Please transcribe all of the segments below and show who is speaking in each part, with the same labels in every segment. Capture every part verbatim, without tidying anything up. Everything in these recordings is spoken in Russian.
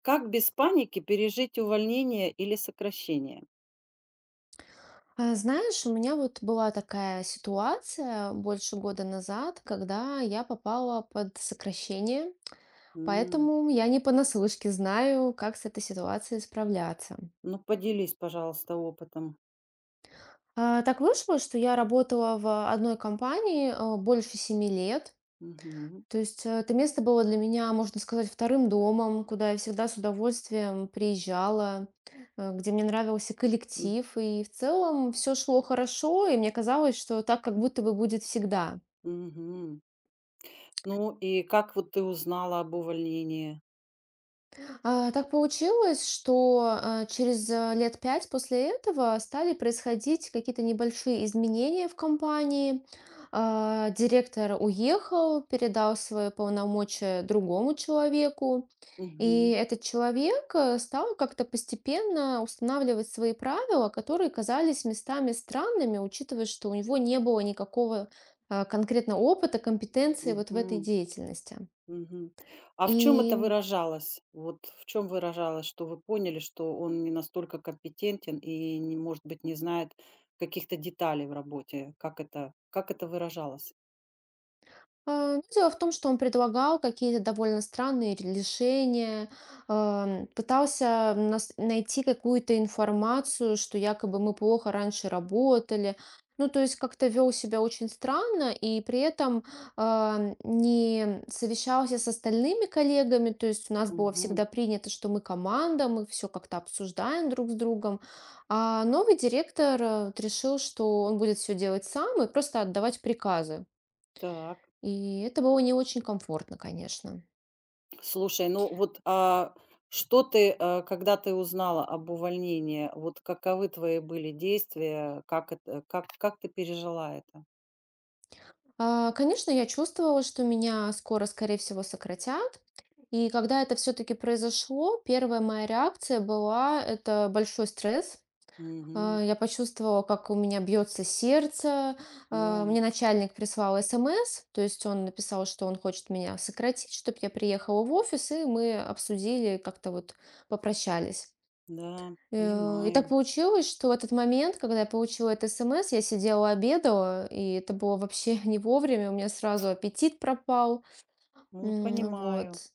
Speaker 1: Как без паники пережить увольнение или сокращение?
Speaker 2: А, Знаешь, у меня вот была такая ситуация больше года назад, когда я попала под сокращение,
Speaker 1: М.
Speaker 2: поэтому я не понаслышке знаю, как с этой ситуацией справляться.
Speaker 1: Ну, поделись, пожалуйста, опытом.
Speaker 2: А, Так вышло, что я работала в одной компании а, больше семи лет.
Speaker 1: Мгм.
Speaker 2: То есть э, это место было для меня, можно сказать, вторым домом, куда я всегда с удовольствием приезжала, э, где мне нравился
Speaker 1: М,
Speaker 2: коллектив, и в целом все шло хорошо, и мне казалось, что так как будто бы будет всегда.
Speaker 1: мгм. Ну, и как вот ты узнала об увольнении?
Speaker 2: А, так получилось, что, а, через, э, лет пять после этого стали происходить какие-то небольшие изменения в компании. А, директор уехал, передал свои полномочия другому человеку. И
Speaker 1: Мгм.
Speaker 2: этот человек, э, стал как-то постепенно устанавливать свои правила, которые казались местами странными, учитывая, что у него не было никакого, а, конкретно опыта, компетенции вот в этой
Speaker 1: Мгм.
Speaker 2: деятельности.
Speaker 1: Мгм. А в чем это
Speaker 2: И
Speaker 1: выражалось? Вот в чем выражалось, что вы поняли, что он не настолько компетентен и, не, может быть, не знает каких-то деталей в работе? Как это, как это выражалось?
Speaker 2: А, ну, дело в том, что он предлагал какие-то довольно странные ре- решения, ам, пытался нас- найти какую-то информацию, что якобы мы плохо раньше работали. Ну, то есть как-то вел себя очень странно и при этом а, не совещался с остальными коллегами. То есть у нас было
Speaker 1: Мгм.
Speaker 2: всегда принято, что мы команда, мы все как-то обсуждаем друг с другом. А новый директор э, вот решил, что он будет все делать сам и просто отдавать приказы.
Speaker 1: Так.
Speaker 2: И это было не очень комфортно, конечно.
Speaker 1: Слушай, ну вот, а что ты, а, когда ты узнала об увольнении, вот каковы твои были действия? Как это, как, как ты пережила это?
Speaker 2: А, Конечно, я чувствовала, что меня скоро, скорее всего, сократят. И когда это все-таки произошло, первая моя реакция была это большой стресс. А,
Speaker 1: Мгм.
Speaker 2: Я почувствовала, как у меня бьется сердце. А,
Speaker 1: О,
Speaker 2: Мне начальник прислал СМС, то есть он написал, что он хочет меня сократить, чтобы я приехала в офис, и мы обсудили, как-то вот попрощались.
Speaker 1: да,
Speaker 2: Э, и так
Speaker 1: понимаю.
Speaker 2: получилось, что в этот момент, когда я получила это СМС, я сидела обедала, и это было вообще не вовремя, у меня сразу аппетит пропал.
Speaker 1: Ну,
Speaker 2: М,
Speaker 1: понимаю.
Speaker 2: вот.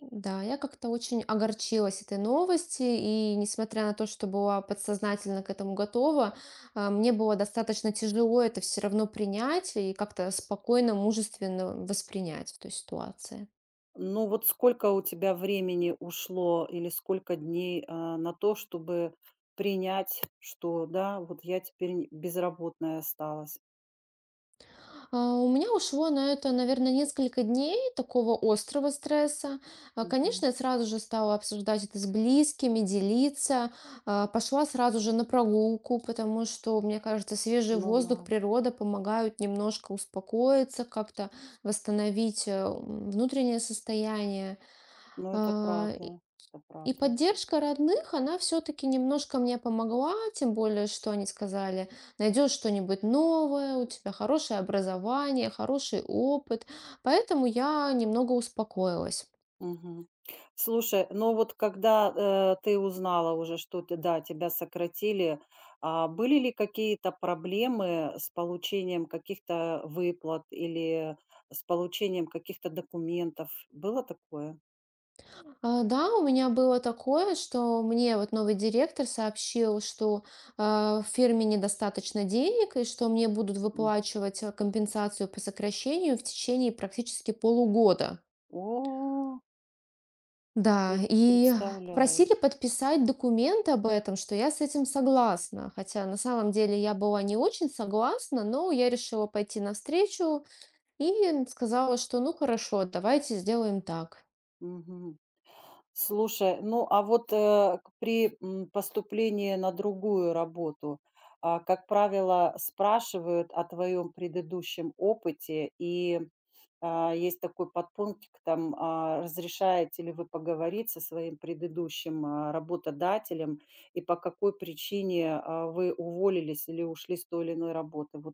Speaker 2: Да, я как-то очень огорчилась этой новости, и несмотря на то, что была подсознательно к этому готова, а, мне было достаточно тяжело это все равно принять и как-то спокойно, мужественно воспринять в той ситуации.
Speaker 1: Ну вот сколько у тебя времени ушло или сколько дней а, на то, чтобы принять, что да, вот я теперь не- безработная осталась.
Speaker 2: А, У меня ушло на это, наверное, несколько дней такого острого стресса. А, Конечно,
Speaker 1: Мгм.
Speaker 2: я сразу же стала обсуждать это с близкими, делиться. А, Пошла сразу же на прогулку, потому что, мне кажется, свежий
Speaker 1: Ну да,
Speaker 2: воздух, природа помогают немножко успокоиться, как-то восстановить э, м, внутреннее состояние.
Speaker 1: ну это
Speaker 2: А,
Speaker 1: правда, это
Speaker 2: и
Speaker 1: правда.
Speaker 2: поддержка родных, она все-таки немножко мне помогла, тем более, что они сказали, найдешь что-нибудь новое, у тебя хорошее образование, хороший опыт. Поэтому я немного успокоилась.
Speaker 1: Мгм. Слушай, ну вот когда, э, ты узнала уже, что ты да, тебя сократили, а были ли какие-то проблемы с получением каких-то выплат или с получением каких-то документов? Было такое?
Speaker 2: А, Да, у меня было такое, что мне вот новый директор сообщил, что э, в фирме недостаточно денег и что мне будут
Speaker 1: М.
Speaker 2: выплачивать э, компенсацию по сокращению в течение практически полугода.
Speaker 1: О,
Speaker 2: Да,
Speaker 1: пред
Speaker 2: и
Speaker 1: представляю.
Speaker 2: просили подписать документ об этом, что я с этим согласна. Хотя на самом деле я была не очень согласна, но я решила пойти навстречу и сказала, что ну хорошо, давайте сделаем так.
Speaker 1: Мгм. Слушай, ну а вот, э, к при, м, поступлении на другую работу, а, как правило, спрашивают о твоем предыдущем опыте и а, есть такой подпунктик там, а, разрешаете ли вы поговорить со своим предыдущим, а, работодателем и по какой причине, а, вы уволились или ушли с той или иной работы. Вот,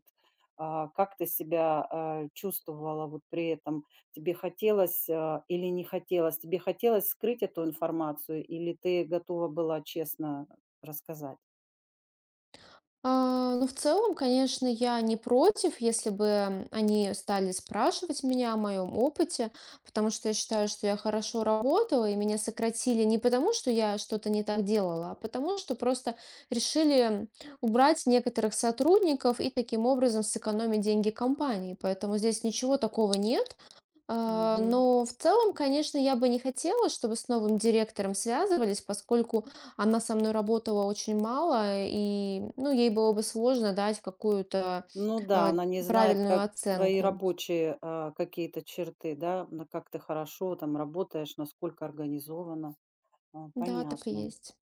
Speaker 1: а, как ты себя, а, чувствовала вот при этом? Тебе хотелось, а, или не хотелось? Тебе хотелось скрыть эту информацию или ты готова была честно рассказать?
Speaker 2: А, ну, в целом, конечно, я не против, если бы м, они стали спрашивать меня о моем опыте, потому что я считаю, что я хорошо работала, и меня сократили не потому, что я что-то не так делала, а потому что просто решили м, убрать некоторых сотрудников и таким образом сэкономить деньги компании. Поэтому здесь ничего такого нет. А,
Speaker 1: Мгм.
Speaker 2: Но в целом, конечно, я бы не хотела, чтобы с новым директором связывались, поскольку она со мной работала очень мало, и, ну, ей было бы сложно дать какую-то
Speaker 1: Ну да,
Speaker 2: э,
Speaker 1: она не знает,
Speaker 2: правильную
Speaker 1: как твои
Speaker 2: оценку.
Speaker 1: рабочие, а, какие-то черты, да, на как ты хорошо там работаешь, насколько организовано. А,
Speaker 2: Да, так и
Speaker 1: понятно.
Speaker 2: есть.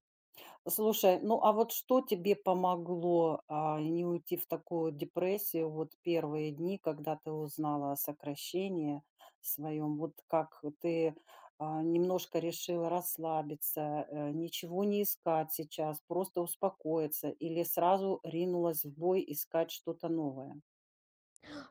Speaker 1: Слушай, ну а вот что тебе помогло, а, не уйти в такую депрессию вот первые дни, когда ты узнала о сокращении своем? Вот как ты, а, немножко решила расслабиться, э, ничего не искать сейчас, просто успокоиться или сразу ринулась в бой искать что-то новое?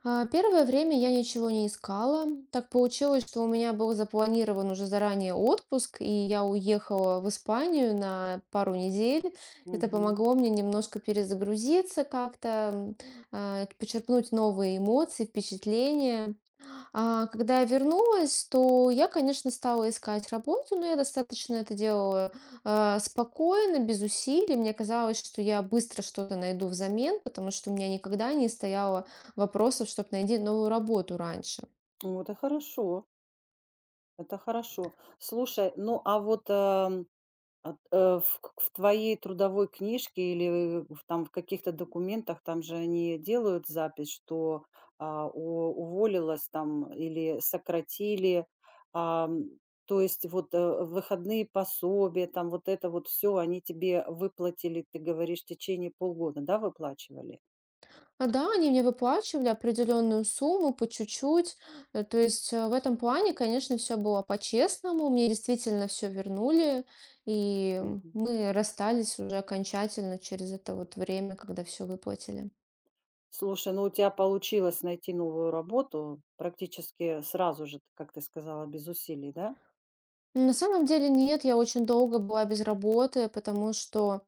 Speaker 2: А, Первое время я ничего не искала. Так получилось, что у меня был запланирован уже заранее отпуск, и я уехала в Испанию на пару недель. Это
Speaker 1: Мгм.
Speaker 2: помогло мне немножко перезагрузиться как-то, м, а, почерпнуть новые эмоции, впечатления. А, когда я вернулась, то я, конечно, стала искать работу, но я достаточно это делала, а, спокойно, без усилий. Мне казалось, что я быстро что-то найду взамен, потому что у меня никогда не стояло вопросов, чтобы найти новую работу раньше.
Speaker 1: Ну, это хорошо, это хорошо. Слушай, ну, а вот, ам, а, э, в к в твоей трудовой книжке или в там в каких-то документах, там же они делают запись, что, а, у уволилась там или сократили. Ам, То есть вот, э, выходные пособия, там вот это вот все они тебе выплатили, ты говоришь, в течение полгода, да, выплачивали?
Speaker 2: А да, они мне выплачивали определенную сумму по чуть-чуть. Э, То есть э, в этом плане, конечно, все было по-честному. Мне действительно все вернули, и мы расстались уже окончательно через это вот время, когда все выплатили.
Speaker 1: Слушай, ну у тебя получилось найти новую работу практически сразу же, как ты сказала, без усилий, да?
Speaker 2: Ну, на самом деле нет, я очень долго была без работы, потому что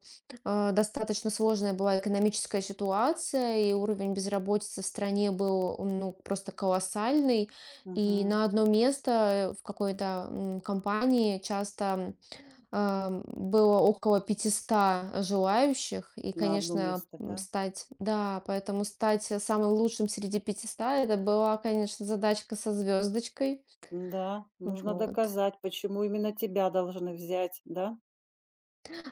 Speaker 2: э, достаточно сложная была экономическая ситуация, и уровень безработицы в стране был м, ну, просто колоссальный. И
Speaker 1: Мгм.
Speaker 2: на одно место в какой-то м, компании часто ам, было около пятисот желающих. И,
Speaker 1: На одно
Speaker 2: конечно,
Speaker 1: место,
Speaker 2: м,
Speaker 1: да?
Speaker 2: стать, да, поэтому стать самым лучшим среди пятисот, это была, конечно, задачка со звездочкой.
Speaker 1: Да, нужно
Speaker 2: Вот.
Speaker 1: доказать, почему именно тебя должны взять, да?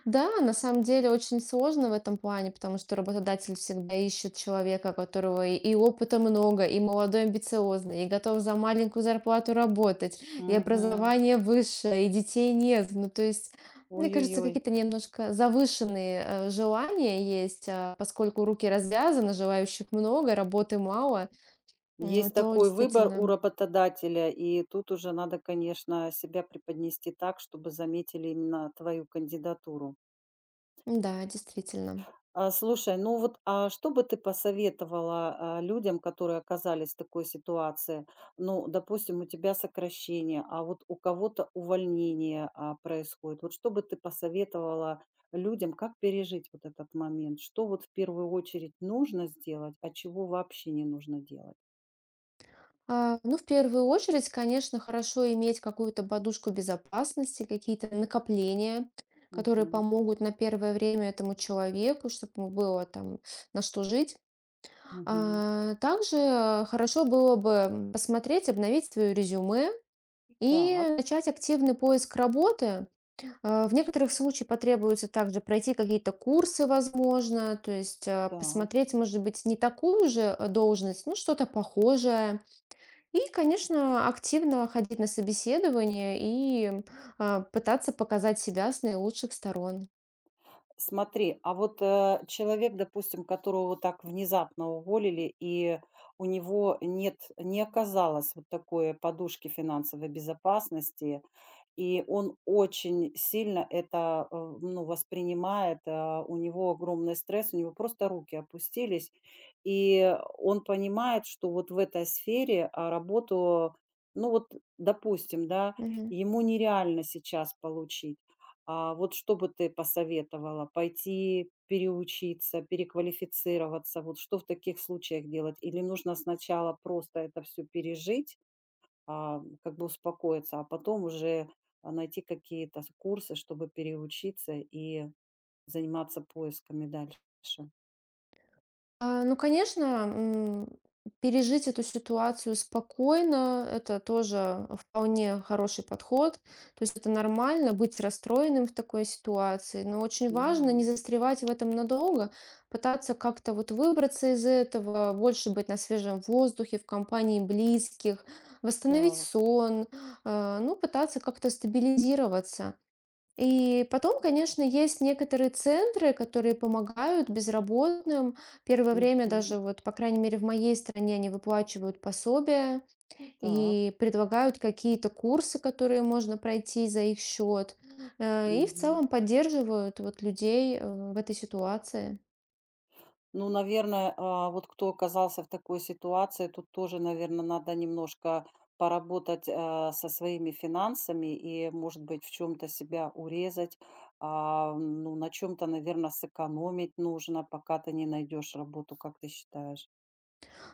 Speaker 2: Да, на самом деле очень сложно в этом плане, потому что работодатель всегда ищет человека, которого и, и опыта много, и молодой, амбициозный, и готов за маленькую зарплату работать, и
Speaker 1: Мгм.
Speaker 2: образование высшее, и детей нет. Ну, то есть, мне кажется,
Speaker 1: Ой-ой-ой.
Speaker 2: какие-то немножко завышенные э, желания есть, а поскольку руки развязаны, желающих много, работы мало, м,
Speaker 1: Есть
Speaker 2: то
Speaker 1: такой выбор у
Speaker 2: действительно,
Speaker 1: работодателя, и тут уже надо, конечно, себя преподнести так, чтобы заметили именно твою кандидатуру.
Speaker 2: да, действительно.
Speaker 1: А, слушай, ну вот, а что бы ты посоветовала, а, людям, которые оказались в такой ситуации? Ну, допустим, у тебя сокращение, а вот у кого-то увольнение, а, происходит. Вот что бы ты посоветовала людям, как пережить вот этот момент? Что вот в первую очередь нужно сделать, а чего вообще не нужно делать?
Speaker 2: А, Ну, в первую очередь, конечно, хорошо иметь какую-то подушку безопасности, какие-то накопления, которые
Speaker 1: Мгм.
Speaker 2: помогут на первое время этому человеку, чтобы ему было там на что жить.
Speaker 1: Мгм.
Speaker 2: А, Также э, хорошо было бы посмотреть, обновить свое резюме и
Speaker 1: Так,
Speaker 2: начать активный поиск работы. А, В некоторых случаях потребуется также пройти какие-то курсы, возможно, то есть э,
Speaker 1: так.
Speaker 2: посмотреть, может быть, не такую же э, должность, но что-то похожее и, конечно, активно ходить на собеседование и, а, пытаться показать себя с наилучших сторон.
Speaker 1: Смотри, а вот, э, человек, допустим, которого вот так внезапно уволили, и у него нет не оказалось вот такой подушки финансовой безопасности, и он очень сильно это, э, ну, воспринимает, э, у него огромный стресс, у него просто руки опустились, и он понимает, что вот в этой сфере, а, работу, ну, вот, допустим, да,
Speaker 2: Мгм.
Speaker 1: ему нереально сейчас получить. А вот что бы ты посоветовала? Пойти переучиться, переквалифицироваться? Вот что в таких случаях делать? Или нужно сначала просто это все пережить, а, как бы успокоиться, а потом уже, а, найти какие-то с курсы, чтобы переучиться и заниматься поисками дальше?
Speaker 2: А, ну, конечно, м, пережить эту ситуацию спокойно- это тоже вполне хороший подход. То есть это нормально быть расстроенным в такой ситуации, но очень
Speaker 1: Ну
Speaker 2: важно
Speaker 1: да.
Speaker 2: не застревать в этом надолго, пытаться как-то вот выбраться из этого, больше быть на свежем воздухе, в компании близких, восстановить
Speaker 1: Так.
Speaker 2: сон, э, ну, пытаться как-то стабилизироваться. И потом, конечно, есть некоторые центры, которые помогают безработным. Первое время даже,
Speaker 1: Мгм.
Speaker 2: вот, по крайней мере, в моей стране они выплачивают пособия
Speaker 1: Так.
Speaker 2: и предлагают какие-то курсы, которые можно пройти за их счет. Э, И в
Speaker 1: Мгм.
Speaker 2: целом поддерживают вот людей э, в этой ситуации.
Speaker 1: Ну, наверное, а, вот кто оказался в такой ситуации, тут тоже, наверное, надо немножко поработать а, со своими финансами и, может быть, в чем-то себя урезать, а, ну, на чем-то, наверное, сэкономить нужно, пока ты не найдешь работу, как ты считаешь?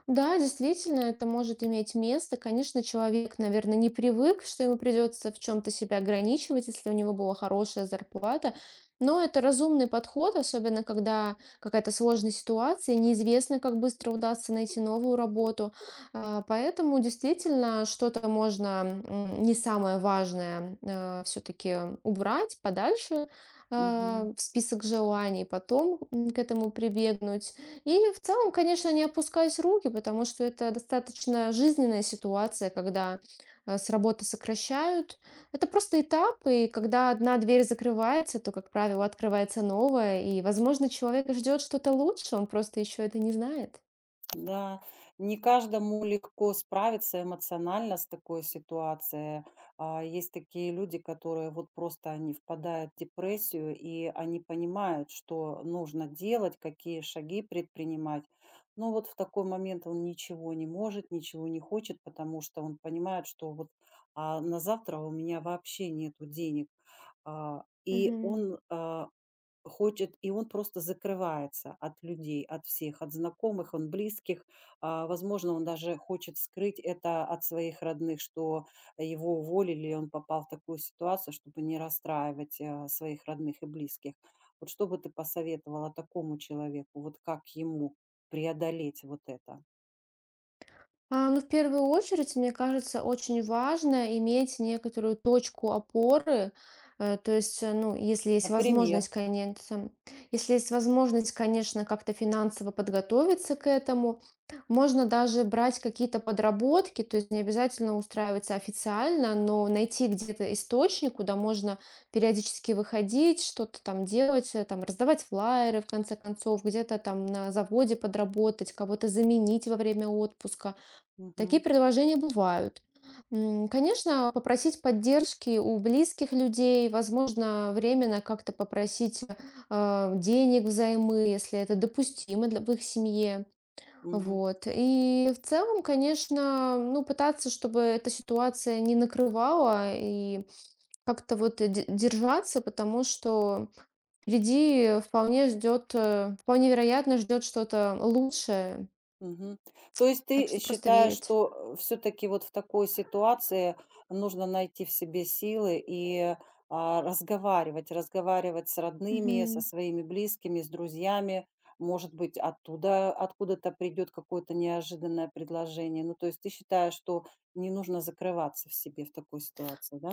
Speaker 2: Да, действительно, это может иметь место. Конечно, человек, наверное, не привык, что ему придется в чем-то себя ограничивать, если у него была хорошая зарплата. Но это разумный подход, особенно когда какая-то сложная ситуация, неизвестно, как быстро удастся найти новую работу. А, Поэтому действительно что-то можно м, не самое важное все-таки убрать подальше а,
Speaker 1: Мгм.
Speaker 2: в список желаний, потом м, к этому прибегнуть. И в целом, конечно, не опускать руки, потому что это достаточно жизненная ситуация, когда э, с работы сокращают. Это просто этап, и когда одна дверь закрывается, то, как правило, открывается новая, и, возможно, человек ждет что-то лучше, он просто еще это не знает.
Speaker 1: Да, не каждому легко справиться эмоционально с такой ситуацией. А, есть такие люди, которые вот просто они впадают в депрессию, и они понимают, что нужно делать, какие шаги предпринимать. Но вот в такой момент он ничего не может, ничего не хочет, потому что он понимает, что вот а, на завтра у меня вообще нету денег. А, и он а, хочет, и он просто закрывается от людей, от всех, от знакомых, он близких. А, возможно, он даже хочет скрыть это от своих родных, что его уволили, и он попал в такую ситуацию, чтобы не расстраивать, а, своих родных и близких. Вот что бы ты посоветовала такому человеку? Вот как ему преодолеть вот это?
Speaker 2: А, ну, в первую очередь, мне кажется, очень важно иметь некоторую точку опоры. Э, то есть, э, ну, если есть возможность,
Speaker 1: Например.
Speaker 2: конечно, если есть возможность, конечно, как-то финансово подготовиться к этому, можно даже брать какие-то подработки, то есть не обязательно устраиваться официально, но найти где-то источник, куда можно периодически выходить, что-то там делать, э, там раздавать флаеры, в конце концов, где-то там на заводе подработать, кого-то заменить во время отпуска. Такие
Speaker 1: Мгм.
Speaker 2: предложения бывают. М, Конечно, попросить поддержки у близких людей, возможно, временно как-то попросить э, денег взаймы, если это допустимо для, в их семье.
Speaker 1: Мгм.
Speaker 2: Вот. И в целом, конечно, ну, пытаться, чтобы эта ситуация не накрывала и как-то вот де- держаться, потому что впереди вполне ждет, э, вполне вероятно ждет что-то лучшее.
Speaker 1: Мгм. То есть
Speaker 2: Так
Speaker 1: ты
Speaker 2: что просто
Speaker 1: считаешь,
Speaker 2: верить.
Speaker 1: что все таки вот в такой ситуации нужно найти в себе силы и, а, разговаривать, разговаривать с родными, со
Speaker 2: Мгм.
Speaker 1: своими близкими, с друзьями. Может быть, оттуда откуда-то придет какое-то неожиданное предложение. Ну, то есть ты считаешь, что не нужно закрываться в себе в такой ситуации, да?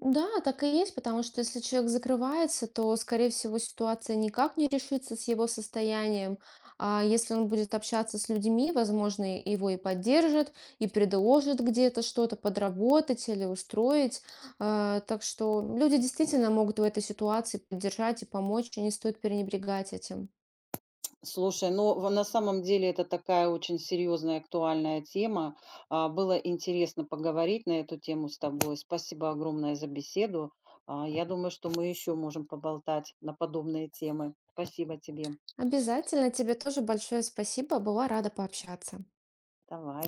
Speaker 2: Да, так и есть, потому что если человек закрывается, то, скорее всего, ситуация никак не решится с его состоянием. А если он будет общаться с людьми, возможно, и- его и поддержат, и предложат где-то что-то подработать или устроить. А, Так что люди действительно могут в этой ситуации поддержать и помочь, и не стоит пренебрегать этим.
Speaker 1: Слушай, ну, в на самом деле это такая очень серьезная, актуальная тема. А, было интересно поговорить на эту тему с тобой. Спасибо огромное за беседу. А, я думаю, что мы еще можем поболтать на подобные темы. Спасибо тебе.
Speaker 2: Обязательно тебе тоже большое спасибо, была рада пообщаться.
Speaker 1: Давай.